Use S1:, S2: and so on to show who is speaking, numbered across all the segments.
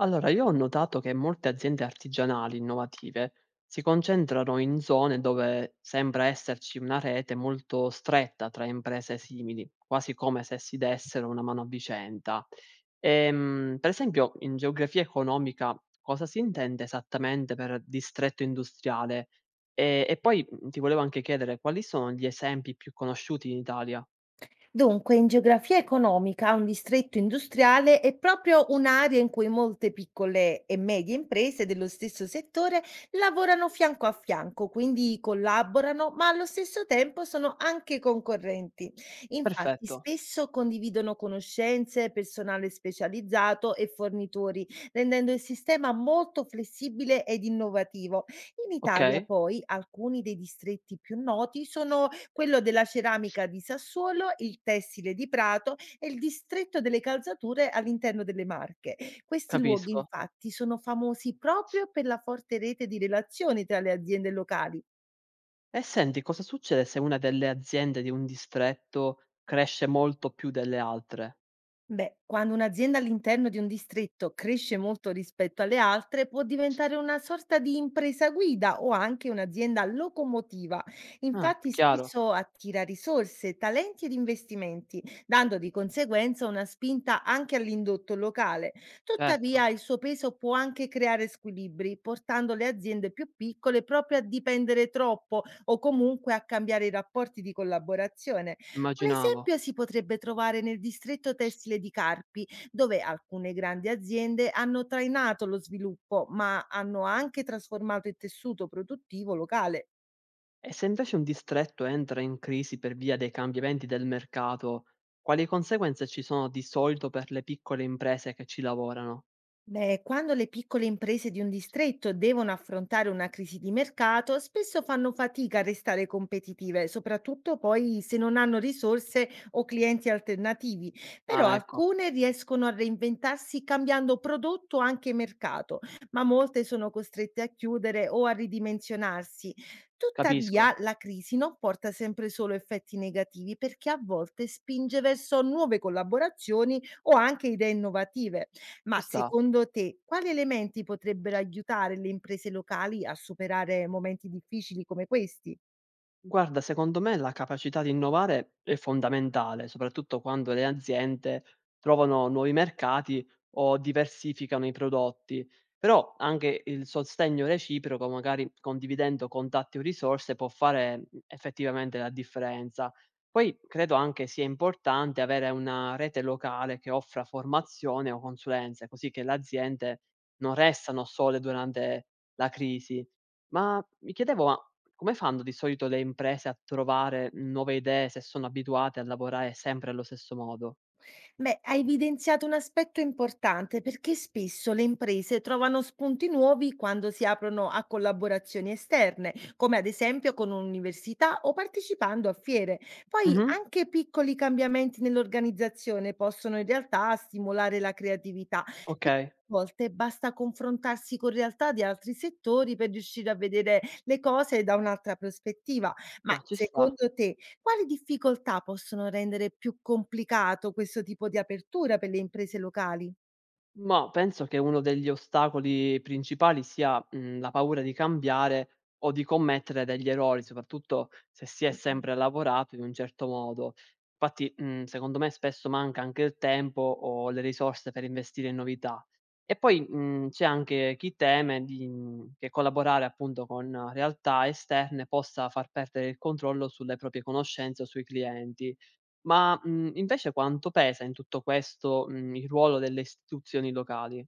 S1: Allora, io ho notato che molte aziende artigianali innovative si concentrano in zone dove sembra esserci una rete molto stretta tra imprese simili, quasi come se si dessero una mano a vicenda. Per esempio, in geografia economica, cosa si intende esattamente per distretto industriale? E poi ti volevo anche chiedere quali sono gli esempi più conosciuti in Italia?
S2: Dunque, in geografia economica, un distretto industriale è proprio un'area in cui molte piccole e medie imprese dello stesso settore lavorano fianco a fianco, quindi collaborano, ma allo stesso tempo sono anche concorrenti. Infatti,
S1: Perfetto,
S2: spesso condividono conoscenze, personale specializzato e fornitori, rendendo il sistema molto flessibile ed innovativo. In
S1: ok,
S2: Italia, poi, alcuni dei distretti più noti sono quello della ceramica di Sassuolo, il tessile di Prato e il distretto delle calzature all'interno delle Marche. Questi luoghi
S1: capisco.
S2: infatti sono famosi proprio per la forte rete di relazioni tra le aziende locali.
S1: E senti, cosa succede se una delle aziende di un distretto cresce molto più delle altre?
S2: Beh, quando un'azienda all'interno di un distretto cresce molto rispetto alle altre, può diventare una sorta di impresa guida o anche un'azienda locomotiva.
S1: Ah,
S2: Infatti,
S1: chiaro,
S2: spesso attira risorse, talenti ed investimenti, dando di conseguenza una spinta anche all'indotto locale.
S1: certo,
S2: Tuttavia, il suo peso può anche creare squilibri, portando le aziende più piccole proprio a dipendere troppo o comunque a cambiare i rapporti di collaborazione. Un
S1: immaginavo.
S2: esempio si potrebbe trovare nel distretto tessile di Carpi, dove alcune grandi aziende hanno trainato lo sviluppo, ma hanno anche trasformato il tessuto produttivo locale.
S1: E se invece un distretto entra in crisi per via dei cambiamenti del mercato, quali conseguenze ci sono di solito per le piccole imprese che ci lavorano?
S2: Beh, quando le piccole imprese di un distretto devono affrontare una crisi di mercato, spesso fanno fatica a restare competitive, soprattutto poi se non hanno risorse o clienti alternativi. Però
S1: Ah, ecco,
S2: alcune riescono a reinventarsi cambiando prodotto o anche mercato, ma molte sono costrette a chiudere o a ridimensionarsi.
S1: capisco,
S2: Tuttavia, la crisi non porta sempre solo effetti negativi perché a volte spinge verso nuove collaborazioni o anche idee innovative.
S1: ci
S2: Ma
S1: sta.
S2: secondo te, quali elementi potrebbero aiutare le imprese locali a superare momenti difficili come questi?
S1: Guarda, secondo me la capacità di innovare è fondamentale, soprattutto quando le aziende trovano nuovi mercati o diversificano i prodotti, però anche il sostegno reciproco, magari condividendo contatti o risorse, può fare effettivamente la differenza. Poi credo anche sia importante avere una rete locale che offra formazione o consulenze, così che le aziende non restano sole durante la crisi. Ma mi chiedevo, ma come fanno di solito le imprese a trovare nuove idee se sono abituate a lavorare sempre allo stesso modo?
S2: Beh, hai evidenziato un aspetto importante perché spesso le imprese trovano spunti nuovi quando si aprono a collaborazioni esterne, come ad esempio con un'università o partecipando a fiere. Poi
S1: Mh-mh.
S2: anche piccoli cambiamenti nell'organizzazione possono in realtà stimolare la creatività. A
S1: Okay.
S2: volte basta confrontarsi con realtà di altri settori per riuscire a vedere le cose da un'altra prospettiva. Ma
S1: Ah, ci sta.
S2: secondo te, quali difficoltà possono rendere più complicato questo tipo di apertura per le imprese locali?
S1: Mah, penso che uno degli ostacoli principali sia, la paura di cambiare o di commettere degli errori, soprattutto se si è sempre lavorato in un certo modo. Infatti, secondo me spesso manca anche il tempo o le risorse per investire in novità. E poi, c'è anche chi teme che collaborare appunto con realtà esterne possa far perdere il controllo sulle proprie conoscenze o sui clienti. Ma, invece quanto pesa in tutto questo, il ruolo delle istituzioni locali?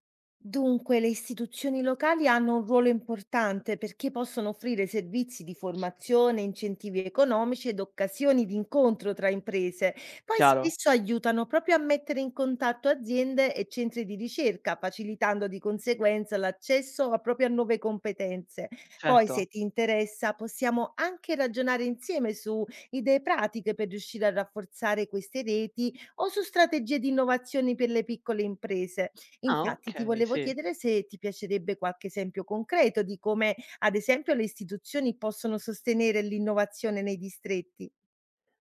S2: Dunque, le istituzioni locali hanno un ruolo importante perché possono offrire servizi di formazione, incentivi economici ed occasioni di incontro tra imprese. Poi
S1: Chiaro?
S2: spesso aiutano proprio a mettere in contatto aziende e centri di ricerca, facilitando di conseguenza l'accesso a proprio a nuove competenze. Poi,
S1: Certo.
S2: se ti interessa, possiamo anche ragionare insieme su idee pratiche per riuscire a rafforzare queste reti o su strategie di innovazione per le piccole imprese.
S1: Ah,
S2: Infatti ti
S1: okay,
S2: volevo
S1: sì.
S2: chiedere se ti piacerebbe qualche esempio concreto di come, ad esempio, le istituzioni possono sostenere l'innovazione nei distretti.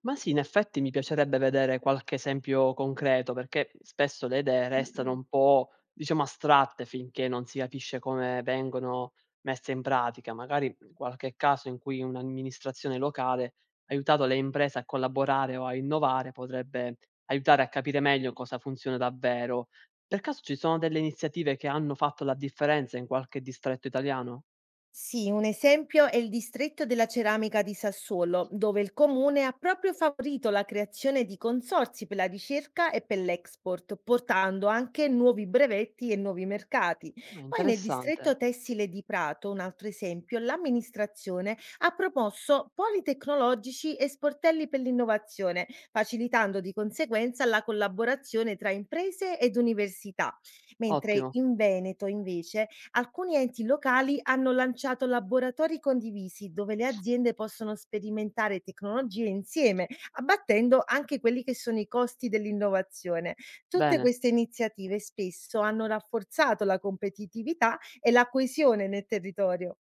S1: Ma sì, in effetti mi piacerebbe vedere qualche esempio concreto, perché spesso le idee restano un po', diciamo, astratte finché non si capisce come vengono messe in pratica. Magari qualche caso in cui un'amministrazione locale ha aiutato le imprese a collaborare o a innovare potrebbe aiutare a capire meglio cosa funziona davvero. Per caso ci sono delle iniziative che hanno fatto la differenza in qualche distretto italiano?
S2: Sì, un esempio è il distretto della ceramica di Sassuolo, dove il comune ha proprio favorito la creazione di consorzi per la ricerca e per l'export, portando anche nuovi brevetti e nuovi mercati.
S1: Ah,
S2: Poi nel distretto
S1: interessante,
S2: tessile di Prato, un altro esempio, l'amministrazione ha proposto poli tecnologici e sportelli per l'innovazione, facilitando di conseguenza la collaborazione tra imprese ed università, mentre
S1: ottimo,
S2: in Veneto invece alcuni enti locali hanno lanciato laboratori condivisi dove le aziende possono sperimentare tecnologie insieme, abbattendo anche quelli che sono i costi dell'innovazione. Tutte
S1: bene.
S2: queste iniziative spesso hanno rafforzato la competitività e la coesione nel territorio.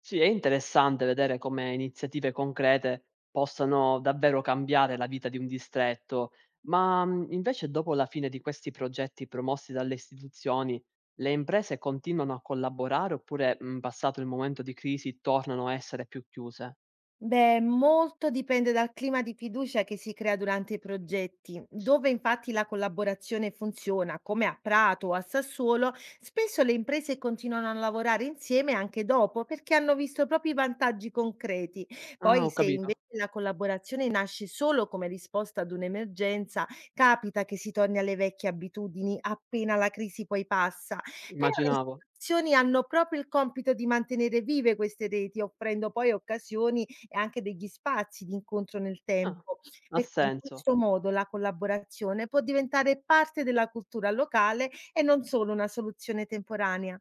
S1: Sì, è interessante vedere come iniziative concrete possano davvero cambiare la vita di un distretto, ma invece dopo la fine di questi progetti promossi dalle istituzioni, le imprese continuano a collaborare oppure, passato il momento di crisi, tornano a essere più chiuse?
S2: Beh, molto dipende dal clima di fiducia che si crea durante i progetti. Dove infatti la collaborazione funziona, come a Prato o a Sassuolo, spesso le imprese continuano a lavorare insieme anche dopo perché hanno visto proprio i vantaggi concreti.
S1: Ah,
S2: Poi,
S1: ho
S2: se invece
S1: capito,
S2: la collaborazione nasce solo come risposta ad un'emergenza, capita che si torni alle vecchie abitudini appena la crisi poi passa. Però le
S1: immaginavo.
S2: istituzioni hanno proprio il compito di mantenere vive queste reti, offrendo poi occasioni e anche degli spazi di incontro nel
S1: Ah,
S2: tempo,
S1: ha
S2: perché in
S1: senso.
S2: questo modo la collaborazione può diventare parte della cultura locale e non solo una soluzione temporanea.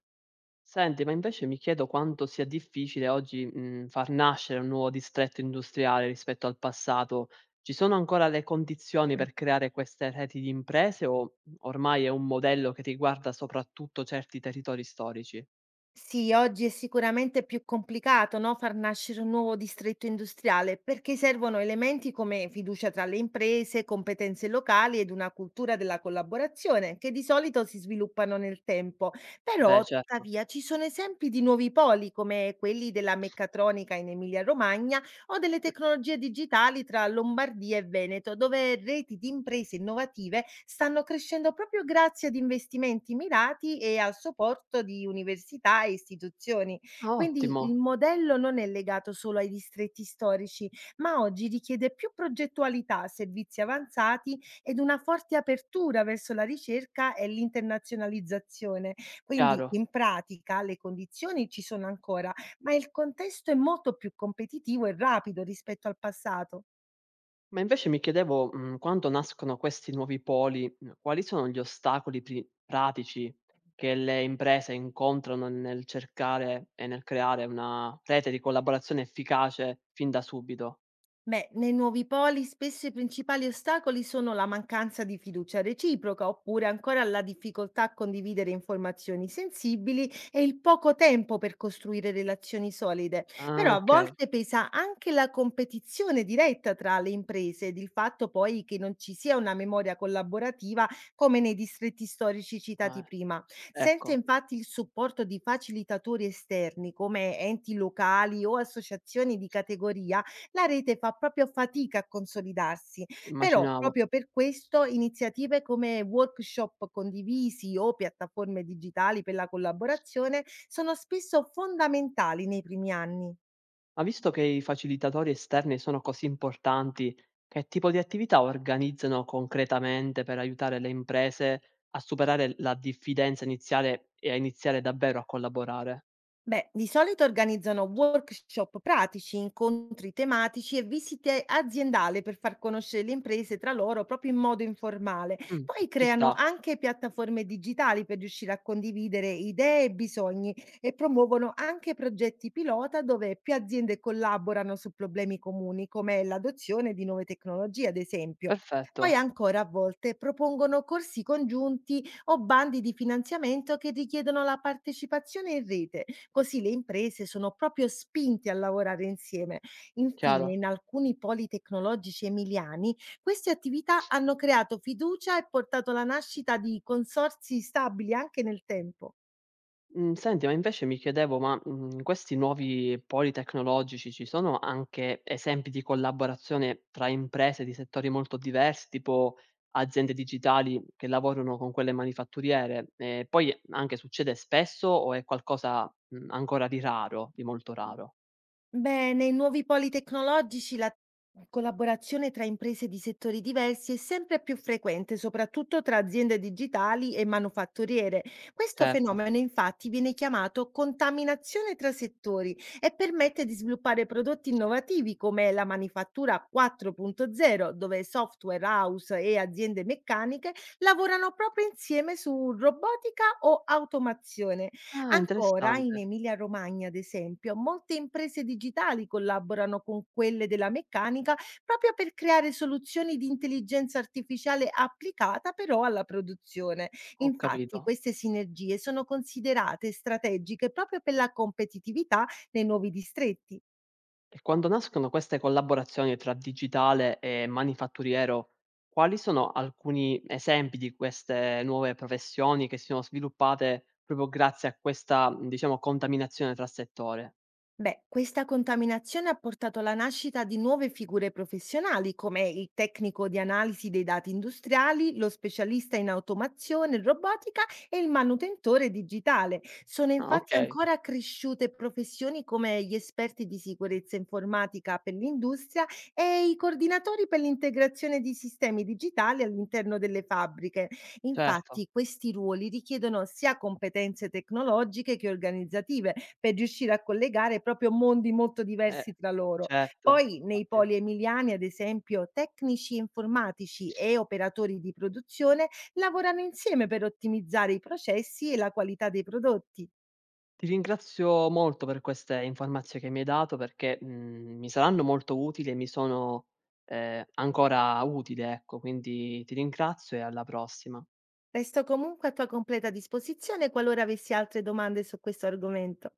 S1: Senti, ma invece mi chiedo quanto sia difficile oggi, far nascere un nuovo distretto industriale rispetto al passato. Ci sono ancora le condizioni per creare queste reti di imprese o ormai è un modello che riguarda soprattutto certi territori storici?
S2: Sì, oggi è sicuramente più complicato, no, far nascere un nuovo distretto industriale, perché servono elementi come fiducia tra le imprese, competenze locali ed una cultura della collaborazione che di solito si sviluppano nel tempo. Però,
S1: Beh, certo.
S2: tuttavia, ci sono esempi di nuovi poli come quelli della meccatronica in Emilia-Romagna o delle tecnologie digitali tra Lombardia e Veneto, dove reti di imprese innovative stanno crescendo proprio grazie ad investimenti mirati e al supporto di università e istituzioni.
S1: Ah, ottimo,
S2: Quindi il modello non è legato solo ai distretti storici, ma oggi richiede più progettualità, servizi avanzati ed una forte apertura verso la ricerca e l'internazionalizzazione. Quindi
S1: chiaro.
S2: in pratica le condizioni ci sono ancora, ma il contesto è molto più competitivo e rapido rispetto al passato.
S1: Ma invece mi chiedevo, quando nascono questi nuovi poli, quali sono gli ostacoli pri pratici che le imprese incontrano nel cercare e nel creare una rete di collaborazione efficace fin da subito?
S2: Beh, nei nuovi poli spesso i principali ostacoli sono la mancanza di fiducia reciproca oppure ancora la difficoltà a condividere informazioni sensibili e il poco tempo per costruire relazioni solide.
S1: Ah,
S2: Però a
S1: okay,
S2: volte pesa anche la competizione diretta tra le imprese ed il fatto poi che non ci sia una memoria collaborativa come nei distretti storici citati
S1: ah,
S2: prima. Senza
S1: ecco,
S2: infatti il supporto di facilitatori esterni come enti locali o associazioni di categoria, la rete fa proprio fatica a consolidarsi. Però,
S1: immaginavo.
S2: proprio per questo, iniziative come workshop condivisi o piattaforme digitali per la collaborazione sono spesso fondamentali nei primi anni.
S1: Ma visto che i facilitatori esterni sono così importanti, che tipo di attività organizzano concretamente per aiutare le imprese a superare la diffidenza iniziale e a iniziare davvero a collaborare?
S2: Beh, di solito organizzano workshop pratici, incontri tematici e visite aziendali per far conoscere le imprese tra loro proprio in modo informale.
S1: Mh,
S2: Poi
S1: ci
S2: creano
S1: sta.
S2: anche piattaforme digitali per riuscire a condividere idee e bisogni e promuovono anche progetti pilota dove più aziende collaborano su problemi comuni come l'adozione di nuove tecnologie, ad esempio. Poi
S1: Perfetto,
S2: ancora a volte propongono corsi congiunti o bandi di finanziamento che richiedono la partecipazione in rete, così le imprese sono proprio spinte a lavorare insieme. Infine,
S1: chiaro.
S2: in alcuni poli tecnologici emiliani, queste attività hanno creato fiducia e portato alla nascita di consorzi stabili anche nel tempo.
S1: Mhmm, senti, ma invece mi chiedevo, ma, questi nuovi poli tecnologici, ci sono anche esempi di collaborazione tra imprese di settori molto diversi, tipo aziende digitali che lavorano con quelle manifatturiere? E poi anche succede spesso o è qualcosa, ancora di raro, di molto raro?
S2: Beh, nei nuovi poli tecnologici la collaborazione tra imprese di settori diversi è sempre più frequente, soprattutto tra aziende digitali e manufatturiere. Questo
S1: Certo.
S2: fenomeno infatti viene chiamato contaminazione tra settori e permette di sviluppare prodotti innovativi come la manifattura 4.0, dove software house e aziende meccaniche lavorano proprio insieme su robotica o automazione.
S1: Ah,
S2: Ancora, in
S1: interessante.
S2: Emilia Romagna, ad esempio, molte imprese digitali collaborano con quelle della meccanica proprio per creare soluzioni di intelligenza artificiale applicata però alla produzione.
S1: Ho
S2: Infatti,
S1: capito.
S2: queste sinergie sono considerate strategiche proprio per la competitività nei nuovi distretti.
S1: E quando nascono queste collaborazioni tra digitale e manifatturiero, quali sono alcuni esempi di queste nuove professioni che si sono sviluppate proprio grazie a questa, diciamo, contaminazione tra settore?
S2: Beh, questa contaminazione ha portato alla nascita di nuove figure professionali come il tecnico di analisi dei dati industriali, lo specialista in automazione e robotica e il manutentore digitale. Sono
S1: Ah,
S2: infatti
S1: okay,
S2: ancora cresciute professioni come gli esperti di sicurezza informatica per l'industria e i coordinatori per l'integrazione di sistemi digitali all'interno delle fabbriche.
S1: certo,
S2: Infatti, questi ruoli richiedono sia competenze tecnologiche che organizzative per riuscire a collegare proprio mondi molto
S1: eh,
S2: diversi tra loro.
S1: certo,
S2: Poi nei
S1: infatti.
S2: poli emiliani, ad esempio, tecnici informatici e operatori di produzione lavorano insieme per ottimizzare i processi e la qualità dei prodotti.
S1: Ti ringrazio molto per queste informazio che mi hai dato perché, mi saranno molto utili e mi sono, ancora utili, ecco, quindi ti ringrazio e alla prossima.
S2: Resto comunque a tua completa disposizione qualora avessi altre domande su questo argomento.